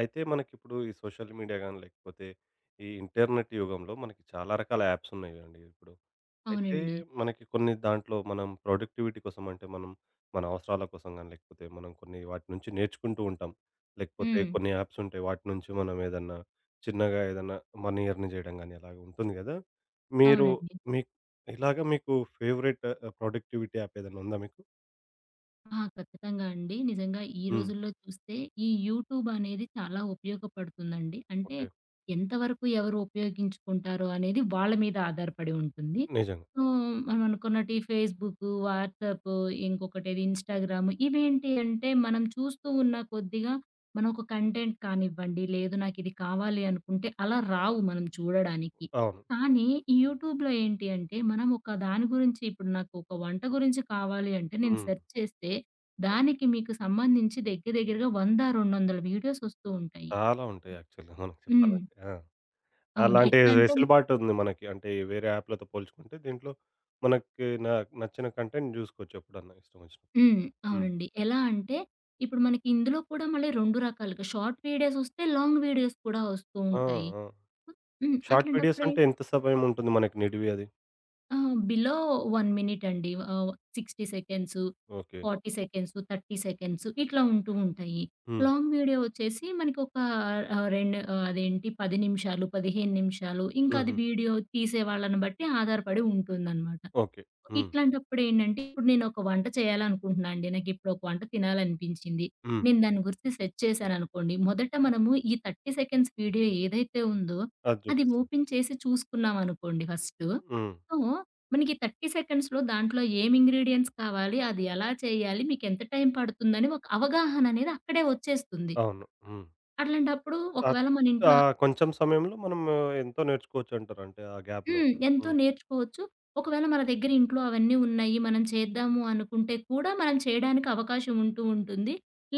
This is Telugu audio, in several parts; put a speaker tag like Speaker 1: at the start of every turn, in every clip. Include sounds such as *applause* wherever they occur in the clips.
Speaker 1: అయితే మనకిప్పుడు ఈ సోషల్ మీడియా గాని, లేకపోతే ఈ ఇంటర్నెట్ యుగంలో మనకి చాలా రకాల యాప్స్ ఉన్నాయి కదండీ ఇప్పుడు. అయితే
Speaker 2: అవునండి.
Speaker 1: మనకి కొన్ని దాంట్లో మనం ప్రొడక్టివిటీ కోసం అంటే మనం మన అవసరాల కోసం గాని, లేకపోతే మనం కొన్ని వాటి నుంచి నేర్చుకుంటూ ఉంటాం. లేకపోతే
Speaker 2: హ్మ్.
Speaker 1: కొన్ని యాప్స్ ఉంటాయి. వాటి నుంచి మనం ఏదన్నా చిన్నగా ఏదన్నా మనీ ఎర్న్ చేయడం గాని అలాగ ఉంటుంది గదా! మీరు
Speaker 2: అవునండి.
Speaker 1: మీకు ఇలాగ మీకు ఫేవరెట్ ప్రొడక్టివిటీ యాప్ ఏదైనా ఉందా మీకు?
Speaker 2: ఖచ్చితంగా అండి. నిజంగా ఈ
Speaker 1: హ్మ్.
Speaker 2: రోజుల్లో చూస్తే ఈ యూట్యూబ్ అనేది చాలా ఉపయోగపడుతుందండి. అంటే
Speaker 1: ఓకే.
Speaker 2: ఎంతవరకు ఎవరు ఉపయోగించుకుంటారో అనేది వాళ్ళ మీద ఆధారపడి ఉంటుంది.
Speaker 1: నిజంగా.
Speaker 2: సో, మనం అనుకున్నట్టు ఈ ఫేస్‌బుక్, వాట్సాప్ ఇంకొకటేది ఇన్‌స్టాగ్రామ్ ఇవేంటి అంటే మనం చూస్తూ ఉన్న కొద్దిగా మనం ఒక కంటెంట్ కానివ్వండి, లేదు నాకిది కావాలి అనుకుంటే అలా రావు మనం చూడడానికి.
Speaker 1: అవును.
Speaker 2: కానీ, ఈ యూట్యూబ్‌లో ఏంటి అంటే, మనం ఒక దాని గురించి ఇప్పుడు నాకు ఒక వంట గురించి కావాలి అంటే, నేను
Speaker 1: హ్మ్.
Speaker 2: సెర్చ్ చేస్తే, దానికి మీకు సంబంధించి దగ్గర దగ్గరగా 100, 200 వీడియోస్ వస్తూ ఉంటాయి.
Speaker 1: చాలా ఉంటాయి యాక్చువల్‌గా మనకు
Speaker 2: హ్మ్.
Speaker 1: చెప్పాలంటే. ఆ!
Speaker 2: అవును.
Speaker 1: అలాంటి
Speaker 2: ఎట్లా అంటే
Speaker 1: వెసులుబాటు ఉంది మనకి. అంటే వేరే యాప్‌లతో పోల్చుకుంటే దీంట్లో మనకి నచ్చిన కంటెంట్ జూసుకోవచ్చు ఎప్పుడన్నా ఇష్టం వచ్చినప్పుడు.
Speaker 2: హ్మ్.
Speaker 1: హ్మ్.
Speaker 2: అవునండి. ఎలా అంటే, ఇప్పుడు మనకి ఇందులో కూడా మళ్ళీ 2 రకాలుగా షార్ట్ వీడియోస్ వస్తే, లాంగ్ వీడియోస్ కూడా వస్తూ
Speaker 1: ఆ!
Speaker 2: ఉంటాయి.
Speaker 1: ఆ! షార్ట్ వీడియోస్
Speaker 2: అట్లాంటప్పుడే
Speaker 1: అంటే ఎంత సమయం ఉంటుంది మనకి నిడివి అది?
Speaker 2: ఆ! బిలో 1 మినిట్ అండి. 60 సెకండ్స్,
Speaker 1: ఓకే.
Speaker 2: 40 సెకండ్స్, 30 సెకండ్స్ ఇట్లా ఉంటూ ఉంటాయి.
Speaker 1: హ్మ్.
Speaker 2: లాంగ్ వీడియో వచ్చేసి మనకొక రెండు అదేంటి 10 నిమిషాలు, 15 నిమిషాలు ఇంకా అది
Speaker 1: హుహు.
Speaker 2: వీడియో తీసే వాళ్ళని బట్టి ఆధారపడి ఉంటుందనమాట.
Speaker 1: ఓకే. హ్మ్.
Speaker 2: ఇట్లాంటప్పుడేంటంటే, ఇప్పుడు నేనొక వంట చేయాలనుకుంటున్నా అండి. నాకిప్పుడొక వంట తినాలనిపించింది.
Speaker 1: హ్మ్.
Speaker 2: నేను దాని గురించి సెర్చ్ చేశాననుకోండి, మొదట మనము ఈ 30 సెకండ్స్ వీడియో ఏదైతే ఉందో,
Speaker 1: అది
Speaker 2: అది
Speaker 1: చూపిస్తుంది.
Speaker 2: ఓపెన్ చేసి చూసుకున్నామనుకోండి ఫస్టు.
Speaker 1: హ్మ్.
Speaker 2: సో, మనకి 30 సెకండ్స్‌లో దాంట్లో ఏం ఇంగ్రీడియెంట్స్ కావాలి, అది ఎలా చేయాలి, మీకెంత టైం పడుతుందని ఒక అవగాహననేది అక్కడే వచ్చేస్తుంది.
Speaker 1: అవును. హ్మ్.
Speaker 2: అట్లాంటప్పుడు
Speaker 1: ఆహ్,
Speaker 2: ఒకవేళ మన
Speaker 1: ఆ
Speaker 2: ఇంట్లో
Speaker 1: కొంచెం సమయంలో మనం ఎంతో నేర్చుకోవచ్చంటారు అంటే ఆ గ్యాప్‌లో.
Speaker 2: హ్మ్. ఎంతో
Speaker 1: హ్మ్.
Speaker 2: నేర్చుకోవచ్చు. ఒకవేళ మన దగ్గర ఇంట్లో అవన్నీ ఉన్నాయి. మనం చేద్దాము అనుకుంటే కూడా మనం చేయడానికి అవకాశం ఉంటూ ఉంటుంది.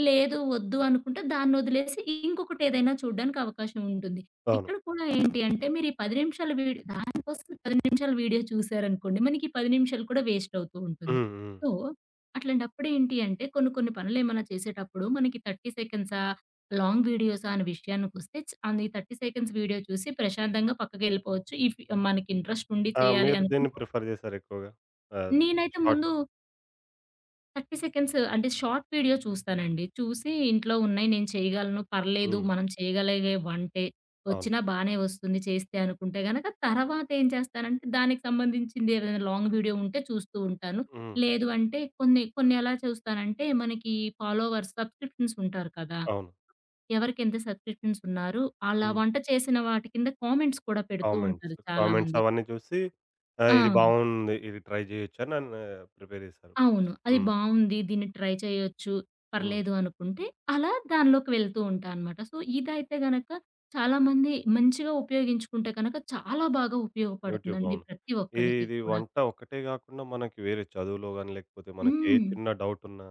Speaker 2: లేదు వద్దు అనుకుంటే దాన్నొదిలేసి ఇంకొకటి ఏదైనా చూడ్డానికి అవకాశం ఉంటుంది.
Speaker 1: అవును.
Speaker 2: ఇక్కడ కూడా ఏంటి అంటే మీరు ఈ 10 నిమిషాల వీడియో దానికోసం 10 నిమిషాల వీడియో చూసారనుకోండి. మనకి 10 నిమిషాలు కూడా వేస్ట్ అవుతూ ఉంటుంది.
Speaker 1: హ్మ్. హ్మ్.
Speaker 2: సో, అట్లాంటప్పుడు ఏంటి అంటే కొన్ని కొన్ని పనులేమైనా చేసేటప్పుడు మనకి 30 సెకండ్సా? లాంగ్ వీడియోసా అనే విషయానికొస్తే అది 30 సెకండ్స్ వీడియో చూసి ప్రశాంతంగా పక్కకెళ్ళిపోవచ్చు. ఇఫ్ మనకి ఇంట్రెస్ట్ ఉండి
Speaker 1: ఆ!
Speaker 2: చేయాలి
Speaker 1: మీరు దేన్ని
Speaker 2: అనుకుంటే,
Speaker 1: ప్రిఫర్ జేశారు ఎక్కువగా? ఆహ్,
Speaker 2: నేనైతే
Speaker 1: షార్ట్.
Speaker 2: ముందు 30 సెకండ్స్ అంటే షార్ట్ వీడియో చూస్తానండి. చూసి ఇంట్లో ఉన్నాయి నేను చేయగలను, పర్లేదు
Speaker 1: హ్మ్.
Speaker 2: మనం చేయగలిగే వంటే,
Speaker 1: అవును.
Speaker 2: వచ్చినా బానే వస్తుంది చేస్తే అనుకుంటే గనక, తర్వాత ఏం చేస్తానంటే దానికి సంబంధించింది ఏదైనా లాంగ్ వీడియో ఉంటే చూస్తూ ఉంటాను.
Speaker 1: హ్మ్.
Speaker 2: లేదు అంటే కొన్ని కొన్ని ఎలా చూస్తానంటే మనకి ఫాలోవర్స్, సబ్స్క్రిప్షన్స్ ఉంటారు కదా!
Speaker 1: అవును.
Speaker 2: ఎవరికెంత సబ్‌స్క్రిప్షన్స్ ఉన్నారు. ఆళ్ళా
Speaker 1: హ్మ్.
Speaker 2: వంట చేసిన వాటి కింద కామెంట్స్ కూడా పెడుతూ
Speaker 1: కామెంట్స్.
Speaker 2: ఉంటారు
Speaker 1: కామెంట్స్
Speaker 2: చాలామంది.
Speaker 1: అవన్నీ చూసి
Speaker 2: ఆ!
Speaker 1: ఇది బాగుంది. ఇది ట్రై చేయొచ్చని నన్ను ప్రిపేర్ చేశారు.
Speaker 2: అవును. అది
Speaker 1: హ్మ్.
Speaker 2: బావుంది. దీన్ని ట్రై చేయొచ్చు.
Speaker 1: హ్మ్.
Speaker 2: పర్లేదు అనుకుంటే అలా దానిలోకి వెళ్తూ ఉంటా అనమాట. సో, ఇదైతే గనక చాలామంది మంచిగా ఉపయోగించుకుంటే కనుక చాలా బాగా
Speaker 1: యూట్యూబ్.
Speaker 2: ఉపయోగపడుతుందండి
Speaker 1: అవును.
Speaker 2: ప్రతి
Speaker 1: ఈ
Speaker 2: ఒక్కళ్ళకి
Speaker 1: ఇది
Speaker 2: కూడా.
Speaker 1: వంట ఒక్కటే గాకుండా మనకి వేరే చదువులో గాని, లేకపోతే మనకి ఏ
Speaker 2: హ్మ్.
Speaker 1: చిన్న డౌటున్నా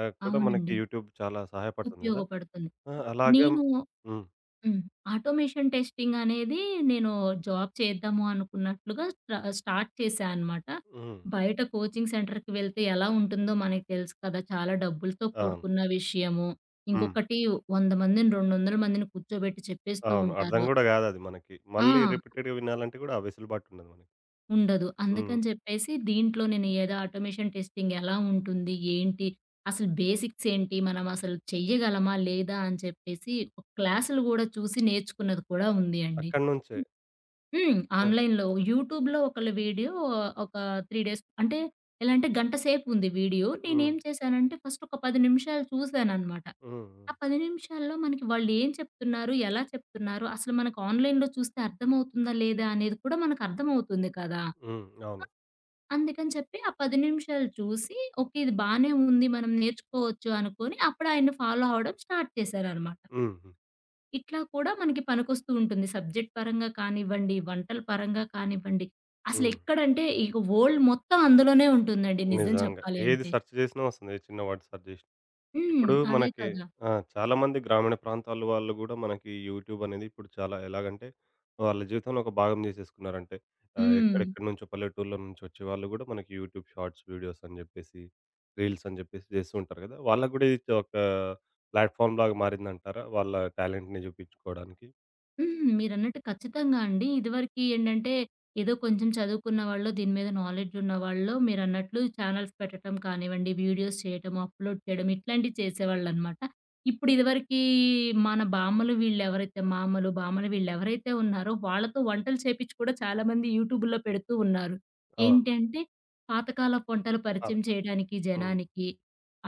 Speaker 1: కూడా మనకి
Speaker 2: అవునండి.
Speaker 1: యూట్యూబ్ చాలా సహాయపడుతుంది గదా!
Speaker 2: ఉపయోగపడుతుంది.
Speaker 1: ఆ! అలాగే.
Speaker 2: నేను
Speaker 1: హ్మ్.
Speaker 2: హ్మ్. ఆటోమేషన్ టెస్టింగ్ అనేది నేను జాబ్ చేద్దాము అనుకున్నట్లుగా స్టార్ట్ చేశా అనమాట.
Speaker 1: హ్మ్.
Speaker 2: బయట కోచింగ్ సెంటర్‌కి వెళ్తే ఎలా ఉంటుందో మనకు తెలుసు కదా! చాలా డబ్బులతో
Speaker 1: అవును.
Speaker 2: కూడుకున్న విషయము.
Speaker 1: హ్మ్.
Speaker 2: ఇంకొకటి 100 మందిని, 200 మందిని కూర్చోబెట్టి చెప్పేస్తూ
Speaker 1: అవును. అర్థం
Speaker 2: ఉంటారు.
Speaker 1: గూడా గాదది మనకి.
Speaker 2: ఆ!
Speaker 1: మళ్ళీ రిపీటెడ్‌గా వినాలంటే గూడా ఆ వెసులుబాటు ఉండదు మనకి.
Speaker 2: ఉండదు.
Speaker 1: హ్మ్.
Speaker 2: అందుకని చెప్పేసి దీంట్లో నేను ఏదో ఆటోమేషన్ టెస్టింగ్ ఎలా ఉంటుంది? ఏంటి? అసలు బేసిక్స్ ఏంటి? మనం అసలు చెయ్యగలమా? లేదా? అని చెప్పేసి క్లాసులు గూడా చూసి నేర్చుకున్నది కూడా ఉంది అండి.
Speaker 1: అక్కడి నుంచే. ఆ!
Speaker 2: ఆన్‌లైన్‌లో యూట్యూబ్‌లో ఒకళ్ళ వీడియో ఒక 3 డేస్ అంటే ఎలా అంటే గంట సేపుంది వీడియో.
Speaker 1: హ్మ్.
Speaker 2: నేనేం చేశానంటే ఫస్ట్ ఒక 10 నిమిషాలు చూసాననమాట.
Speaker 1: హ్మ్. హ్మ్.
Speaker 2: ఆ 10 నిమిషాల్లో మనకి వాళ్ళేం చెప్తున్నారు? ఎలా చెప్తున్నారు? అసలు మనకు ఆన్‌లైన్‌లో చూస్తే అర్థమవుతుందా? లేదా? అనేది కూడా మనకు అర్థమవుతుంది కదా!
Speaker 1: హ్మ్. అవును.
Speaker 2: అందుకని చెప్పి ఆ 10 నిమిషాలు చూసి ఓకే. ఇది బానే ఉంది. మనం నేర్చుకోవచ్చు అనుకోని అప్పుడు ఆయన్ని ఫాలో అవ్వడం స్టార్ట్ చేశాననమాట.
Speaker 1: హ్మ్. హ్మ్.
Speaker 2: ఇట్లా కూడా మనకి పనికొస్తూ ఉంటుంది. సబ్జెక్ట్ పరంగా కానివ్వండి, వంటల పరంగా కానివ్వండి.
Speaker 1: హ్మ్.
Speaker 2: అసలెక్కడంటే ఇక వరల్డ్ మొత్తం అందులోనే ఉంటుందండి నిజం
Speaker 1: నిజంగా.
Speaker 2: చెప్పాలి
Speaker 1: ఏది
Speaker 2: అంటే.
Speaker 1: సెర్చ్ చేసినా వస్తుంది. ఏ చిన్న వర్డ్ సెర్చ్ చేసినా. ఇప్పుడు
Speaker 2: అదే
Speaker 1: మనకి
Speaker 2: కదా!
Speaker 1: ఆ! చాలామంది గ్రామీణ ప్రాంతాల వాళ్ళు గూడా మనకి యూట్యూబ్ అనేది ఇప్పుడు చాలా ఎలాగంటే, వాళ్ళ జీవితంలో ఒక భాగం చేసేసుకున్నారు. అంటే
Speaker 2: హ్మ్.
Speaker 1: ఎక్కడెక్కడి నుంచో పల్లెటూర్ల నుంచి వచ్చే వాళ్ళు గూడా మనకి యూట్యూబ్ షార్ట్స్ వీడియోస్ అని జెప్పేసి, రీల్స్ అని జెప్పేసి చేస్తూ ఉంటారు కదా! వాళ్ళకి గూడా ఇది ఒక ప్లాట్‌ఫార్మ్ లాగా మారిందంటారా? వాళ్ళ టాలెంట్‌ని చూపించుకోవడానికి?
Speaker 2: హ్మ్. మీరన్నట్టు ఖచ్చితంగా అండి. ఇదివరకి ఏంటంటే, ఏదో కొంచెం చదువుకున్న వాళ్ళో, దీని మీద నాలెడ్జ్ ఉన్నవాళ్ళో మీరన్నట్లు ఛానెల్స్ పెట్టటం కానివ్వండి, వీడియోస్ చేయటం, అప్‌లోడ్ చేయడం ఇట్లాంటివి చేసేవాళ్ళనమాట. ఇప్పుడు ఇదివరకీ మన బామ్మలు వీళ్ళెవరైతే మా అమ్మలు, బామ్మలు వీళ్ళెవరైతే ఉన్నారో వాళ్ళతో వంటలు చేపిచ్చి కూడా చాలామంది యూట్యూబుల్లో పెడుతూ ఉన్నారు.
Speaker 1: అవును.
Speaker 2: ఏంటంటే, పాతకాలపు వంటలు పరిచయం
Speaker 1: అవును.
Speaker 2: చేయడానికి
Speaker 1: హ్మ్.
Speaker 2: జనానికి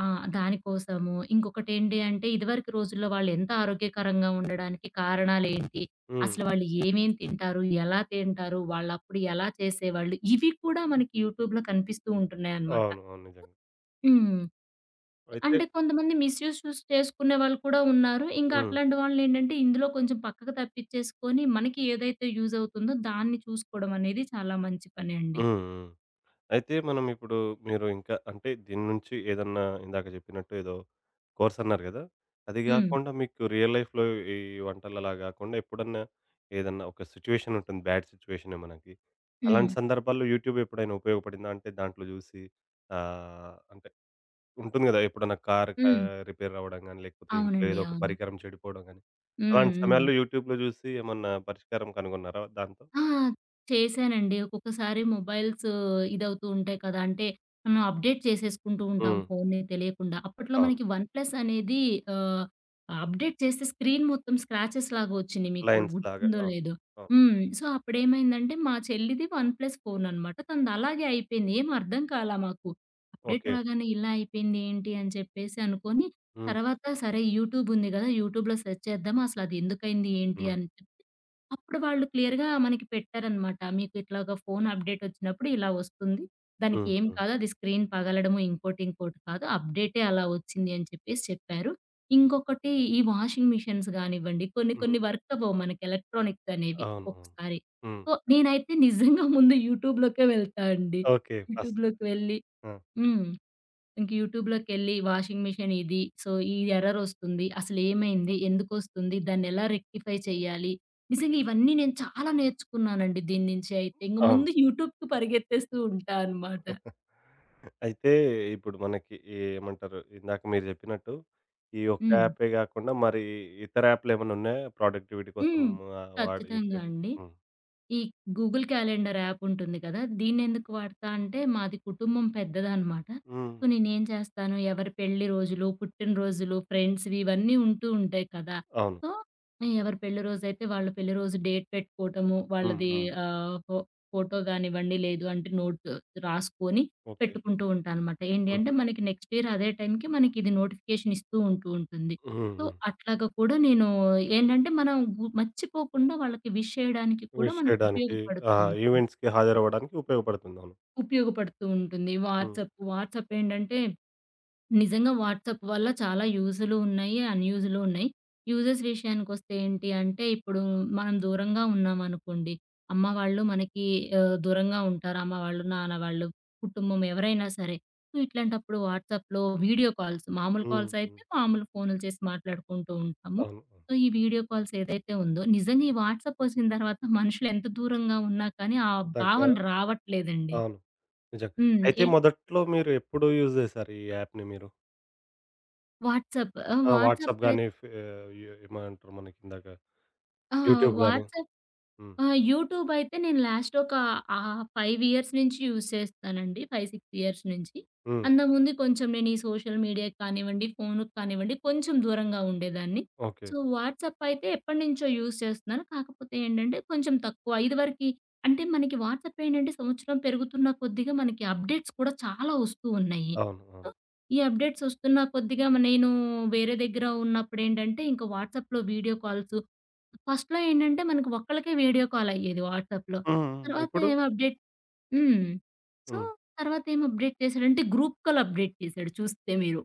Speaker 2: ఆ! దానికోసము. ఇంకొకటేంటి అంటే, ఇదివరకు రోజుల్లో వాళ్ళెంత ఆరోగ్యకరంగా ఉండడానికి కారణాలేంటి?
Speaker 1: హ్మ్.
Speaker 2: అసలు వాళ్ళు ఏమేం తింటారు? ఎలా తింటారు? వాళ్ళప్పుడు ఎలా చేసేవాళ్ళు? ఇవి కూడా మనకి యూట్యూబ్‌లో కనిపిస్తూ ఉంటున్నాయనమాట.
Speaker 1: అవును. అవును. నిజంగా.
Speaker 2: హ్మ్.
Speaker 1: అయితే.
Speaker 2: అంటే కొంతమంది మిస్‌యూజ్ చూసి చేసుకునే వాళ్ళు కూడా ఉన్నారు. ఇంకా
Speaker 1: హ్మ్.
Speaker 2: అట్లాంటి వాళ్ళనేంటంటే, ఇందులో కొంచెం పక్కకు తప్పిచ్చేసుకొని, మనకి ఏదైతే యూజ్ అవుతుందో దాన్ని చూసుకోవడం అనేది చాలా మంచి పని అండి.
Speaker 1: హ్మ్. హ్మ్. అయితే మనం ఇప్పుడు మీరు ఇంకా అంటే దీని నుంచి ఏదన్నా ఇందాక చెప్పినట్టు ఏదో కోర్స్ అన్నారు కదా! అది
Speaker 2: హ్మ్.
Speaker 1: గాకుండా మీకు రియల్ లైఫ్‌లో ఈ వంటలు అలా గాకుండా ఎప్పుడన్నా ఏదన్నా ఒక సిట్యుయేషన్ ఉంటుంది. బ్యాడ్ సిట్యుయేషనే మనకి.
Speaker 2: హ్మ్.
Speaker 1: అలాంటి సందర్భాల్లో యూట్యూబ్ ఎప్పుడైనా ఉపయోగపడిందా? అంటే దాంట్లో జూసి అంటే ఉంటుంది గదా! ఎప్పుడన్నా కార్
Speaker 2: హ్మ్.
Speaker 1: రిపేర్ అవ్వడం గాని, లేకపోతే ఇంట్లో
Speaker 2: అవునండి.
Speaker 1: ఏదో ఒక
Speaker 2: అవును.
Speaker 1: పరికరం చెడిపోవడం గాని,
Speaker 2: హ్మ్.
Speaker 1: అలాంటి
Speaker 2: హ్మ్.
Speaker 1: సమయాల్లో యూట్యూబ్‌లో జూసి ఏమన్నా పరిష్కారం కనుగొన్నారా దాంతో?
Speaker 2: ఆ! చేశానండి. ఒక్కొక్కసారి మొబైల్స్ ఇదవుతూ ఉంటాయి కదా! అంటే మనం అప్డేట్ చేసేసుకుంటూ ఉంటాం
Speaker 1: హ్మ్.
Speaker 2: ఫోన్‌ని తెలియకుండా. అప్పట్లో
Speaker 1: అవును.
Speaker 2: మనకి వన్ ప్లస్ అనేది ఆహ్, అప్డేట్ చేస్తే స్క్రీన్ మొత్తం స్క్రాచెస్ లాగా వచ్చింది మీకు
Speaker 1: లైన్స్ లాగా.
Speaker 2: గుర్తుందో
Speaker 1: అవును.
Speaker 2: లేదో.
Speaker 1: అవును.
Speaker 2: సో, అప్పుడేమైందంటే మా చెల్లిది వన్ ప్లస్ ఫోన్ అనమాట. తనది అలాగే అయిపోయింది. ఏం అర్థం కాలా మాకు. Update
Speaker 1: okay.
Speaker 2: రాగానే ఇలా అయిపోయింది ఏంటి అని చెప్పేసి అనుకోని
Speaker 1: హ్మ్.
Speaker 2: తర్వాత సరే యూట్యూబ్ ఉంది కదా! యూట్యూబ్‌లో సెర్చ్ చేద్దాం. అసలు అది ఎందుకయింది ఏంటి
Speaker 1: హ్మ్.
Speaker 2: అని చెప్పి అప్పుడు వాళ్ళు క్లియర్‌గా మనకి పెట్టారనమాట. మీకు ఇట్లాగా ఫోన్ అప్‌డేట్ వచ్చినప్పుడు ఇలా వస్తుంది. దానికి
Speaker 1: హ్మ్.
Speaker 2: ఏం
Speaker 1: హ్మ్.
Speaker 2: కాదు. అది స్క్రీన్ పగలడము ఇంకోటి, ఇంకోటి కాదు. అప్‌డేటే అలా వచ్చింది అని చెప్పేసి చెప్పారు. ఇంకొకటి ఈ వాషింగ్ మిషన్స్ గానివ్వండి, కొన్ని
Speaker 1: హ్మ్.
Speaker 2: కొన్ని వర్క్ అవ్వవు మనకి ఎలక్ట్రానిక్స్ అనేవి
Speaker 1: అవును. అవును.
Speaker 2: ఒక్కొక్కసారి.
Speaker 1: హ్మ్.
Speaker 2: సో, నేనైతే నిజంగా ముందు యూట్యూబ్‌లోకే వెళ్తా అండి.
Speaker 1: ఓకే. ఫస్ట్.
Speaker 2: యూట్యూబ్‌లోకి వెళ్ళి
Speaker 1: ఆ!
Speaker 2: హ్మ్. ఇంక యూట్యూబ్‌లోకెళ్ళి వాషింగ్ మిషన్ ఇది. సో, ఈ ఎర్రర్ ఒస్తుంది. అసలేమైంది? ఎందుకొస్తుంది? దాన్నెలా రెక్టిఫై చేయాలి? నిజంగా ఇవన్నీ నేను చాలా నేర్చుకున్నానండి దీని నుంచి అయితే. ఇంక ముందు
Speaker 1: అవును.
Speaker 2: యూట్యూబ్‌కి పరిగెత్తేస్తూ ఉంటా అనమాట.
Speaker 1: అయితే ఇప్పుడు మనకి ఏమంటారు ఇందాక మీరు చెప్పినట్టు ఈ ఒక్క
Speaker 2: హ్మ్.
Speaker 1: యాపే గాకుండా మరి ఇతర యాప్‌లేమన్నా ఉన్నాయా ప్రొడక్టివిటీ కోసం
Speaker 2: హ్మ్.
Speaker 1: వాడి
Speaker 2: ఖచ్చితంగా
Speaker 1: ఉపయోగ.
Speaker 2: అండి.
Speaker 1: హ్మ్.
Speaker 2: ఈ గూగుల్ క్యాలెండర్ యాప్ ఉంటుంది కదా! దీన్నెందుకు వాడతా అంటే మాది కుటుంబం పెద్దదనమాట.
Speaker 1: హ్మ్.
Speaker 2: సో, నేనేం చేస్తాను ఎవరి పెళ్లి రోజులు, పుట్టినరోజులు, ఫ్రెండ్స్‌వి ఇవన్నీ ఉంటూ ఉంటాయి కదా!
Speaker 1: అవును.
Speaker 2: సో, ఎవరి పెళ్లి రోజైతే వాళ్ళ పెళ్లి రోజు డేట్ పెట్టుకోవటము,
Speaker 1: హ్మ్.
Speaker 2: వాళ్ళది
Speaker 1: హ్మ్.
Speaker 2: ఆహ్, ఫో ఫోటో గానివ్వండి, లేదు అంటే నోట్ రాసుకొని
Speaker 1: ఓకే.
Speaker 2: పెట్టుకుంటూ ఉంటానమాట. ఏంటి అంటే
Speaker 1: హుహు.
Speaker 2: మనకి నెక్స్ట్ ఇయర్ అదే టైంకి మనకిది నోటిఫికేషన్ ఇస్తూ ఉంటూ ఉంటుంది.
Speaker 1: హ్మ్.
Speaker 2: సో,
Speaker 1: హ్మ్.
Speaker 2: అట్లాగా కూడా నేను ఏంటంటే మనం మర్చిపోకుండా వాళ్ళకి విష్ చేయడానికి కూడా
Speaker 1: విష్
Speaker 2: మనకు
Speaker 1: చేయడానికి. ఆ!
Speaker 2: ఉపయోగపడుతూ ఉంటుంది.
Speaker 1: ఈవెంట్స్‌కి హాజరవ్వడానికి ఉపయోగపడుతుంది. అవును.
Speaker 2: ఉపయోగపడుతూ ఉంటుంది.
Speaker 1: హ్మ్.
Speaker 2: వాట్సాప్, ఏంటంటే నిజంగా వాట్సాప్ వల్ల చాలా యూజులు ఉన్నాయి. అన్‌యూజులు ఉన్నాయి. యూజెస్ విషయానికొస్తే ఏంటి అంటే, ఇప్పుడు మనం దూరంగా ఉన్నామనుకోండి. అమ్మ వాళ్ళు మనకి దూరంగా ఉంటారు. అమ్మ వాళ్ళు, నాన్న వాళ్ళు, కుటుంబం ఎవరైనా సరే. సో, ఇట్లాంటప్పుడు వాట్సాప్‌లో వీడియో కాల్స్ మామూలు
Speaker 1: హ్మ్.
Speaker 2: కాల్స్ అయితే
Speaker 1: హ్మ్.
Speaker 2: మామూలు ఫోనులు చేసి మాట్లాడుకుంటూ ఉంటాము.
Speaker 1: అవును. అవును.
Speaker 2: సో, ఈ వీడియో కాల్స్ ఏదైతే ఉందో నిజంగా ఈ వాట్సాప్ వచ్చిన తర్వాత మనుషులు ఎంత దూరంగా ఉన్నా కానీ ఆ
Speaker 1: దగ్గర.
Speaker 2: భావన రావట్లేదండి.
Speaker 1: అవును. నిజం.
Speaker 2: హ్మ్.
Speaker 1: అయితే
Speaker 2: ఏ
Speaker 1: మొదట్లో మీరు ఎప్పుడు యూజ్ చేశారు ఈ యాప్‌ని మీరు?
Speaker 2: వాట్సాప్ ఆహ్,
Speaker 1: ఆ!
Speaker 2: వాట్సాప్
Speaker 1: వాట్సాప్
Speaker 2: అయి
Speaker 1: గాని ఏమంటారు మనకిందాక
Speaker 2: ఆ!
Speaker 1: యూట్యూబ్ గాని.
Speaker 2: వాట్సాప్
Speaker 1: హ్మ్.
Speaker 2: అయితే. యూట్యూబ్ అయితే నేను లాస్ట్ ఒక 5 ఇయర్స్ నుంచి యూజ్ చేస్తానండి. 5, 6 ఇయర్స్ నుంచి.
Speaker 1: హ్మ్.
Speaker 2: అంతకుముందు కొంచెం నేను ఈ సోషల్ మీడియాకి కానివ్వండి, ఫోనుకి కానివ్వండి కొంచెం దూరంగా ఉండేదాన్ని.
Speaker 1: ఓకే.
Speaker 2: సో, వాట్సాప్ అయితే ఎప్పటినుంచో యూజ్ చేస్తున్నాను. కాకపోతే ఏంటంటే కొంచెం తక్కువ. ఇదివరకి అంటే మనకి వాట్సాప్ ఏంటంటే సంవత్సరం పెరుగుతున్న కొద్దిగా మనకి అప్డేట్స్ కూడా చాలా వస్తూ ఉన్నాయి.
Speaker 1: అవును.
Speaker 2: సో,
Speaker 1: అవును.
Speaker 2: ఈ అప్డేట్స్ వస్తున్న కొద్దిగా నేను వేరే దగ్గర ఉన్నప్పుడేంటంటే ఇంకా వాట్సాప్‌లో వీడియో కాల్స్ ఫస్ట్‌లో ఏంటంటే మనకు ఒక్కళ్ళకే వీడియో కాల్ అయ్యేది వాట్సాప్‌లో.
Speaker 1: హ్మ్. హ్మ్.
Speaker 2: తర్వాత
Speaker 1: ఇప్పుడు.
Speaker 2: ఏమో అప్డేట్ హ్మ్. సో,
Speaker 1: హ్మ్.
Speaker 2: తర్వాత ఏం అప్డేట్ చేసాడంటే గ్రూప్ కాల్ అప్డేట్ చేసాడు చూస్తే మీరు.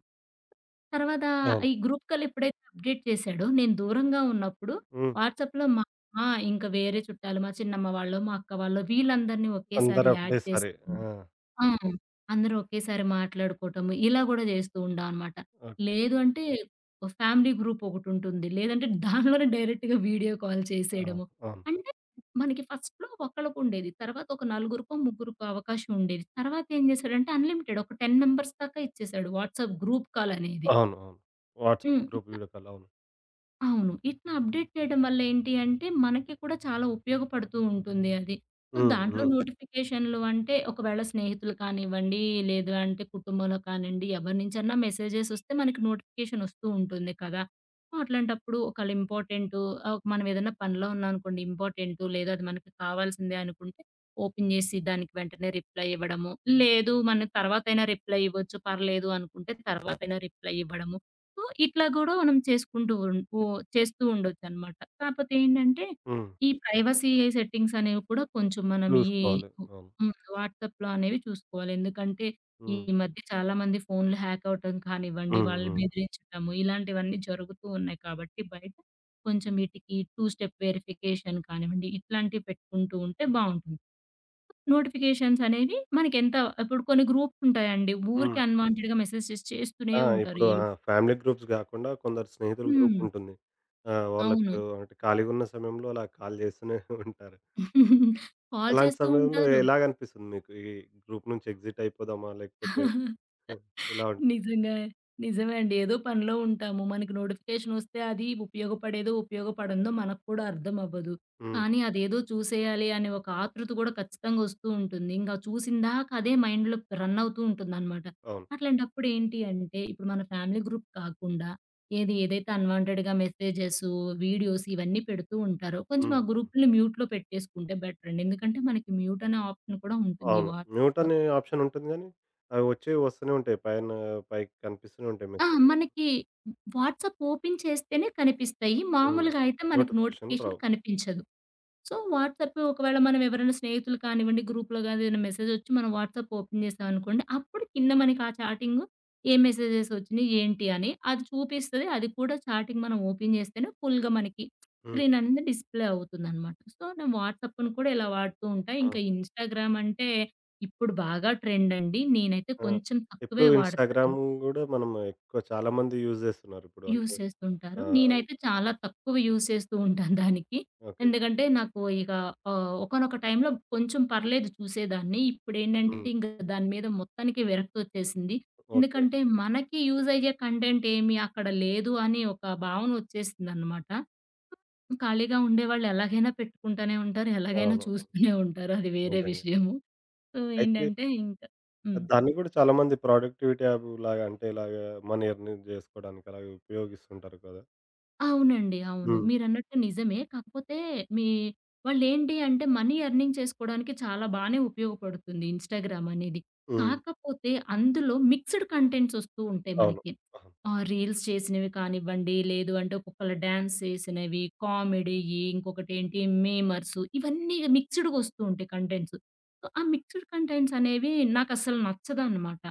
Speaker 2: తర్వాత
Speaker 1: అవును.
Speaker 2: ఈ గ్రూప్ కాల్ ఎప్పుడైతే అప్డేట్ చేసాడో నేను దూరంగా ఉన్నప్పుడు
Speaker 1: హ్మ్.
Speaker 2: వాట్సాప్‌లో మా ఆ! ఇంకా వేరే చుట్టాలు మా చిన్నమ్మ వాళ్ళు, మా అక్క వాళ్ళు వీళ్ళందరిని ఒకేసారి
Speaker 1: అందరూ
Speaker 2: యాడ్
Speaker 1: ఒకటేసారి.
Speaker 2: చేసుకొని
Speaker 1: ఆ!
Speaker 2: ఆ! అందరూ ఒకేసారి మాట్లాడుకోవటము, ఇలా గూడా జేస్తూ ఉండామనమాట.
Speaker 1: ఓకే.
Speaker 2: లేదు అంటే ఓ ఫ్యామిలీ గ్రూప్ ఒకటుంటుంది. లేదంటే దానిలోనే డైరెక్ట్‌గా వీడియో కాల్
Speaker 1: అవును.
Speaker 2: చేసేయడము.
Speaker 1: అవును.
Speaker 2: అంటే మనకి ఫస్ట్‌లో ఒకళ్ళకుండేది. తర్వాత ఒక నలుగురికో, ముగ్గురికో అవకాశం ఉండేది. తర్వాత ఏం జేశాడంటే అన్‌లిమిటెడ్ ఒక 10 మెంబర్స్ దాకా ఇచ్చేసాడు వాట్సాప్ గ్రూప్ కాల్ అనేది.
Speaker 1: అవును. అవును. వాట్సాప్
Speaker 2: హ్మ్.
Speaker 1: Group video call. అవును.
Speaker 2: అవును. ఇట్లా అప్డేట్ చేయడం వల్ల ఏంటి అంటే, మనకి కూడా చాలా ఉపయోగపడుతూ ఉంటుంది అది. సో,
Speaker 1: హ్మ్.
Speaker 2: దాంట్లో
Speaker 1: హ్మ్.
Speaker 2: నోటిఫికేషన్‌లు అంటే ఒకవేళ స్నేహితులు కానివ్వండి, లేదు అంటే కుటుంబంలో కానివ్వండి, ఎవరి నుంచన్నా మెసేజెస్ వస్తే మనకి నోటిఫికేషన్ వస్తూ ఉంటుంది కదా! సో, అట్లాంటప్పుడు ఒకవేళ ఇంపార్టెంటు మనం ఏదైనా పనిలో ఉన్నామనుకోండి, ఇంపార్టెంటు లేదా అది మనకి కావాల్సిందే అనుకుంటే, ఓపెన్ చేసి దానికి వెంటనే రిప్లై ఇవ్వడము. లేదు మనం తర్వాతైనా రిప్లై ఇవ్వచ్చు, పర్లేదు అనుకుంటే తర్వాతైనా రిప్లై ఇవ్వడము. సో, ఇట్లా గూడా మనం చేసుకుంటూ ఉన్ ఓ చేస్తూ ఉండొచ్చనమాట. కాపోతే ఏంటంటే,
Speaker 1: హ్మ్.
Speaker 2: ఈ ప్రైవసీ సెట్టింగ్స్ అనేవి కూడా కొంచెం మనం ఈ
Speaker 1: చూసుకోవాలి. అవును.
Speaker 2: హ్మ్. వాట్సాప్‌లో అనేవి చూసుకోవాలి. ఎందుకంటే, ఈ
Speaker 1: హ్మ్.
Speaker 2: మధ్య చాలా మంది ఫోన్‌లు హ్యాక్ అవ్వటం కానివ్వండి,
Speaker 1: హ్మ్.
Speaker 2: వాళ్ళని
Speaker 1: హ్మ్.
Speaker 2: బెదిరించటము ఇలాంటివన్నీ జరుగుతూ ఉన్నాయి కాబట్టి బయట, కొంచెం ఈటికి టూ స్టెప్ వెరిఫికేషన్ కానివ్వండి, ఇట్లాంటివి పెట్టుకుంటూ ఉంటే బావుంటుంది. నోటిఫికేషన్స్ అనేవి మనకెంత ఇప్పుడు కొన్ని గ్రూప్స్ ఉంటాయండి.
Speaker 1: హ్మ్.
Speaker 2: ఊరికే అన్‌వాంటెడ్‌గా మెసేజెస్ చేస్తూనే
Speaker 1: ఆ!
Speaker 2: ఉంటారు.
Speaker 1: ఇప్పుడు
Speaker 2: ఈ
Speaker 1: ఆ ఫ్యామిలీ గ్రూప్స్ గాకుండా కొందరు స్నేహితుల
Speaker 2: హ్మ్.
Speaker 1: గ్రూపుంటుంది. ఆ!
Speaker 2: అవును.
Speaker 1: వాళ్ళకు అంటే ఖాళీగున్న సమయంలో అలా కాల్ చేస్తూనే ఉంటారు.
Speaker 2: *laughs* కాల్
Speaker 1: అలాంటి
Speaker 2: చేస్తూ
Speaker 1: సమయంలో
Speaker 2: ఉంటారు.
Speaker 1: ఎలాగనిపిస్తుంది మీకు? ఈ గ్రూప్ నుంచి ఎగ్జిట్ అయిపోదామా? లేకపోతే
Speaker 2: *laughs*
Speaker 1: హ్మ్. ఇలా ఉంటుంది.
Speaker 2: నిజంగా. నిజమే అండి. ఏదో పనిలో ఉంటాము. మనకి నోటిఫికేషనొస్తే అది ఉపయోగపడేదో, ఉపయోగపడందో మనకు కూడా అర్థం అవ్వదు.
Speaker 1: హ్మ్.
Speaker 2: కానీ అదేదో చూసేయాలి అనే ఒక ఆతృత కూడా ఖచ్చితంగా ఒస్తూ ఉంటుంది. ఇంక చూసిందాక అదే మైండ్‌లో రన్ అవుతూ ఉంటుందనమాట.
Speaker 1: అవును.
Speaker 2: అట్లాంటప్పుడు ఏంటి అంటే, ఇప్పుడు మన ఫ్యామిలీ గ్రూప్ కాకుండా ఏది ఏదైతే అన్‌వాంటెడ్‌గా మెసేజెసు, వీడియోస్ ఇవన్నీ పెడుతూ ఉంటారో, కొంచెం ఆ
Speaker 1: హ్మ్.
Speaker 2: గ్రూపుల్ని మ్యూట్‌లో పెట్టేసుకుంటే బెటరండి. ఎందుకంటే మనకి మ్యూట్ అనే ఆప్షన్ కూడా ఉంటుంది
Speaker 1: అవును. మ్యూట్
Speaker 2: వాట్సాప్‌లో.
Speaker 1: అనే ఆప్షన్ ఉంటుంది గానీ, అవి వచ్చి వస్తూనే ఉంటాయి. పైన పైకి కనిపిస్తూనే ఉంటాయి మెసేజ్‌లు.
Speaker 2: మనకి వాట్సాప్ ఓపెన్ చేస్తేనే కనిపిస్తాయి.
Speaker 1: హ్మ్.
Speaker 2: మామూలుగా అయితే మనకి
Speaker 1: నోటిఫికేషన్‌లు
Speaker 2: నోటిఫికేషన్
Speaker 1: రావు.
Speaker 2: కనిపించదు. సో, వాట్సాప్ ఒకవేళ మనం ఎవరైనా స్నేహితులు కానివ్వండి, గ్రూప్‌లో గాని ఏదైనా మెసేజ్ ఒచ్చి మనం వాట్సాప్ ఓపెన్ చేసామనుకోండి, అప్పుడు కింద మనకి ఆ చాటింగు ఏ మెసేజెస్ ఒచ్చినాయి, ఏంటి అని అది చూపిస్తది. అది కూడా చాటింగ్ మనం ఓపెన్ చేస్తేనే ఫుల్‌గా మనకి
Speaker 1: హ్మ్.
Speaker 2: స్క్రీన్ అనేది డిస్‌ప్లే అవుతుందనమాట. సో, నేను వాట్సాప్‌ను కూడా ఇలా వాడుతూ ఉంటా.
Speaker 1: ఆ!
Speaker 2: ఇంకా ఇన్‌స్టాగ్రామ్ అంటే ఇప్పుడు బాగా ట్రెండ్ అండి. నేనైతే
Speaker 1: ఆ!
Speaker 2: కొంచెం
Speaker 1: ఇప్పుడు
Speaker 2: తక్కువే వాడతాను.
Speaker 1: ఇన్‌స్టాగ్రామ్ గూడా మనం ఎక్కువ చాలా మంది యూజ్ జేస్తున్నారిప్పుడు.
Speaker 2: యూజ్
Speaker 1: అంటే
Speaker 2: చేస్తూ ఉంటారు.
Speaker 1: ఆహ్,
Speaker 2: నేనైతే చాలా తక్కువ యూజ్ చేస్తూ ఉంటాను దానికి.
Speaker 1: ఓకే.
Speaker 2: ఎందుకంటే నాకు ఇక ఒకానొక టైంలో కొంచెం పర్లేదు చూసేదాన్ని. ఇప్పుడేంటంటే
Speaker 1: హ్మ్.
Speaker 2: ఇంక దాని మీద మొత్తానికి విరక్తొచ్చేసింది.
Speaker 1: ఓకే.
Speaker 2: ఎందుకంటే మనకి యూజ్ అయ్యే కంటెంట్ ఏమి అక్కడ లేదు అని ఒక భావన వచ్చేసిందనమాట. ఖాళీగా ఉండేవాళ్ళు ఎలాగైనా పెట్టుకుంటూనే ఉంటారు. ఎలాగైనా
Speaker 1: అవును. అవును.
Speaker 2: చూస్తూనే ఉంటారు. అది వేరే
Speaker 1: నిజంగా.
Speaker 2: విషయము. సో,
Speaker 1: అయితే
Speaker 2: ఏంటంటే ఇంక హ్మ్.
Speaker 1: దాన్ని కూడా చాలామంది ప్రొడక్టివిటీ యాప్ లాగా అంటే ఇలాగ మనీ ఎర్న్ జేసుకోవడానికి అలాగే ఉపయోగిస్తుంటారు కదా!
Speaker 2: అవునండి. అవును.
Speaker 1: హ్మ్.
Speaker 2: మీరన్నట్టు నిజమే. కాకపోతే మీ వాళ్ళేంటి అంటే మనీ ఎర్నింగ్ చేసుకోవడానికి చాలా బానే ఉపయోగపడుతుంది ఇన్‌స్టాగ్రామ్ అనేది.
Speaker 1: హ్మ్.
Speaker 2: కాకపోతే అందులో మిక్స్‌డ్ కంటెంట్స్ ఒస్తూ ఉంటాయి
Speaker 1: అవును.
Speaker 2: మనకి.
Speaker 1: అవును.
Speaker 2: రీల్స్ చేసినవి కానివ్వండి, లేదు అంటే ఒక్కొక్కళ్ళు డాన్స్ చేసినవి, కామెడీయి, ఇంకొకటేంటి మీమర్సు ఇవన్నీ మిక్స్‌డ్‌గా ఒస్తూ ఉంటాయి కంటెంట్స్. సో, ఆ మిక్స్‌డ్ కంటెంట్స్ అనేవి నాకస్సలు నచ్చదనమాట.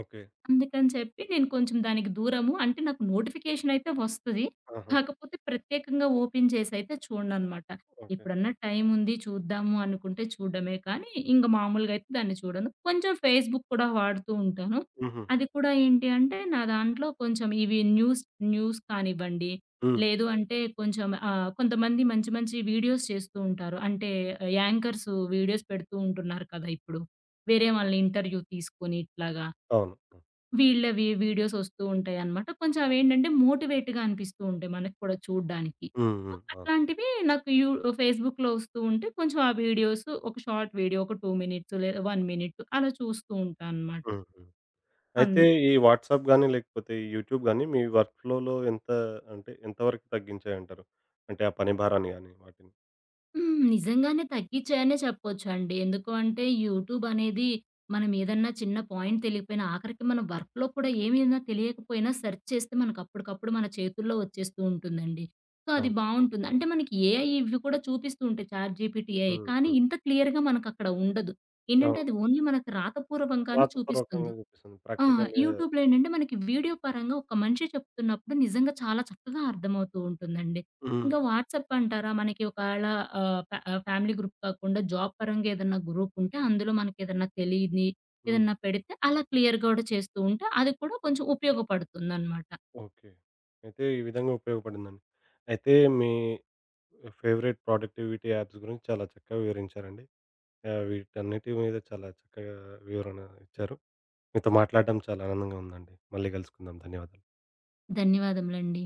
Speaker 1: ఓకే.
Speaker 2: అందుకని చెప్పి నేను కొంచెం దానికి దూరము. అంటే నాకు నోటిఫికేషన్ అయితే వస్తది.
Speaker 1: ఆహా!
Speaker 2: కాకపోతే ప్రత్యేకంగా ఓపెన్ చేసైతే చూడననమాట.
Speaker 1: ఓకే.
Speaker 2: ఎప్పుడన్నా టైం ఉంది చూద్దాము అనుకుంటే చూడడమే కానీ, ఇంక మామూలుగా అయితే దాన్ని చూడను. కొంచెం ఫేస్‌బుక్ కూడా వాడుతూ ఉంటాను.
Speaker 1: హుహుహు.
Speaker 2: అది కూడా ఏంటి అంటే నా దాంట్లో కొంచెం ఇవి న్యూస్ న్యూస్ కానివ్వండి,
Speaker 1: హ్మ్.
Speaker 2: లేదు అంటే కొంచెం కొంతమంది మంచి మంచి వీడియోస్ చేస్తూ ఉంటారు. అంటే యాంకర్స్ వీడియోస్ పెడుతూ ఉంటున్నారు కదా! ఇప్పుడు. వేరే వాళ్ళని ఇంటర్వ్యూ తీసుకొని ఇట్లాగా.
Speaker 1: అవును.
Speaker 2: వీళ్ళవి వీడియోస్ వస్తూ ఉంటాయన్నమాట. కొంచెం అవేంటంటే మోటివేట్‌గా అనిపిస్తూ ఉంటాయి మనకు కూడా చూడ్డానికి.
Speaker 1: హ్మ్.
Speaker 2: సో,
Speaker 1: హ్మ్. అవును.
Speaker 2: అట్లాంటివి నాకు యూ ఫేస్‌బుక్‌లో వస్తూ ఉంటే కొంచెం ఆ వీడియోస్ ఒక షార్ట్ వీడియో ఒక 2 మినిట్స్ లేదా 1 మినిట్ అలా చూస్తూ ఉంటానన్నమాట.
Speaker 1: హ్మ్. హ్మ్.
Speaker 2: అన్
Speaker 1: అయితే ఈ వాట్సాప్ గాని, లేకపోతే ఈ యూట్యూబ్ గాని మీ వర్క్ ఫ్లోలో ఎంత అంటే ఎంత వరకు తగ్గించాయంటారు? అంటే ఆ పని భారాన్ని గాని వాటిని?
Speaker 2: హ్మ్. నిజంగానే తగ్గిచ్చాయనే చెప్పొచ్చండి. ఎందుకు అంటే యూట్యూబ్ అనేది మనం ఏదన్నా చిన్న పాయింట్ తెలియకపోయినా ఆఖరికి మన వర్క్‌లో కూడా ఏమైనా తెలియకపోయినా సెర్చ్ చేస్తే మనకు అప్పటికప్పుడు మన చేతుల్లో వచ్చేస్తూ ఉంటుందండి. సో, అది
Speaker 1: అవును.
Speaker 2: బావుంటుంది. అంటే మనకి ఏఐ ఇవి కూడా చూపిస్తూ ఉంటాయి. చాట్‌జీపీటీ ఏఐ
Speaker 1: హ్మ్.
Speaker 2: కానీ
Speaker 1: హ్మ్.
Speaker 2: ఇంత క్లియర్‌గా మనకక్కడ ఉండదు. ఏంటంటే
Speaker 1: అవును.
Speaker 2: అది ఓన్లీ మనకు రాతపూర్వకంగానే చూపిస్తుంది.
Speaker 1: రాతపూర్వకంగా జూపిస్తుంది.
Speaker 2: ఆ!
Speaker 1: ప్రాక్టికల్‌గా.
Speaker 2: యూట్యూబ్‌లో ఏంటంటే మనకి వీడియో పరంగా ఒక మనిషి చెప్తున్నప్పుడు నిజంగా చాలా చక్కగా అర్థమవుతూ ఉంటుందండి.
Speaker 1: హ్మ్.
Speaker 2: ఇంకా వాట్సాప్ అంటారా? మనకి ఒకవేళ ఆహ్, ఫ్యా ఫ్యామిలీ గ్రూప్ కాకుండా జాబ్ పరంగా ఏదన్నా గ్రూప్ ఉంటే అందులో మనకేదన్నా తెలీని
Speaker 1: హ్మ్.
Speaker 2: ఏదన్నా పెడితే అలా క్లియర్‌గా కూడా చేస్తూ ఉంటే అది కూడా కొంచెం ఉపయోగపడుతుందనమాట.
Speaker 1: ఓకే. అయితే ఈ విధంగా ఉపయోగపడిందండి. అయితే మీ ఫేవరెట్ ప్రొడక్టివిటీ యాప్స్ గురించి చాలా చక్కగా వివరించారండి. వీటన్నిటి మీద చాలా చక్కగా వివరణ ఇచ్చారు. మీతో మాట్లాడడం చాలా ఆనందంగా ఉందండి. మళ్ళీ కలుసుకుందాం. ధన్యవాదాలు.
Speaker 2: ధన్యవాదములండి.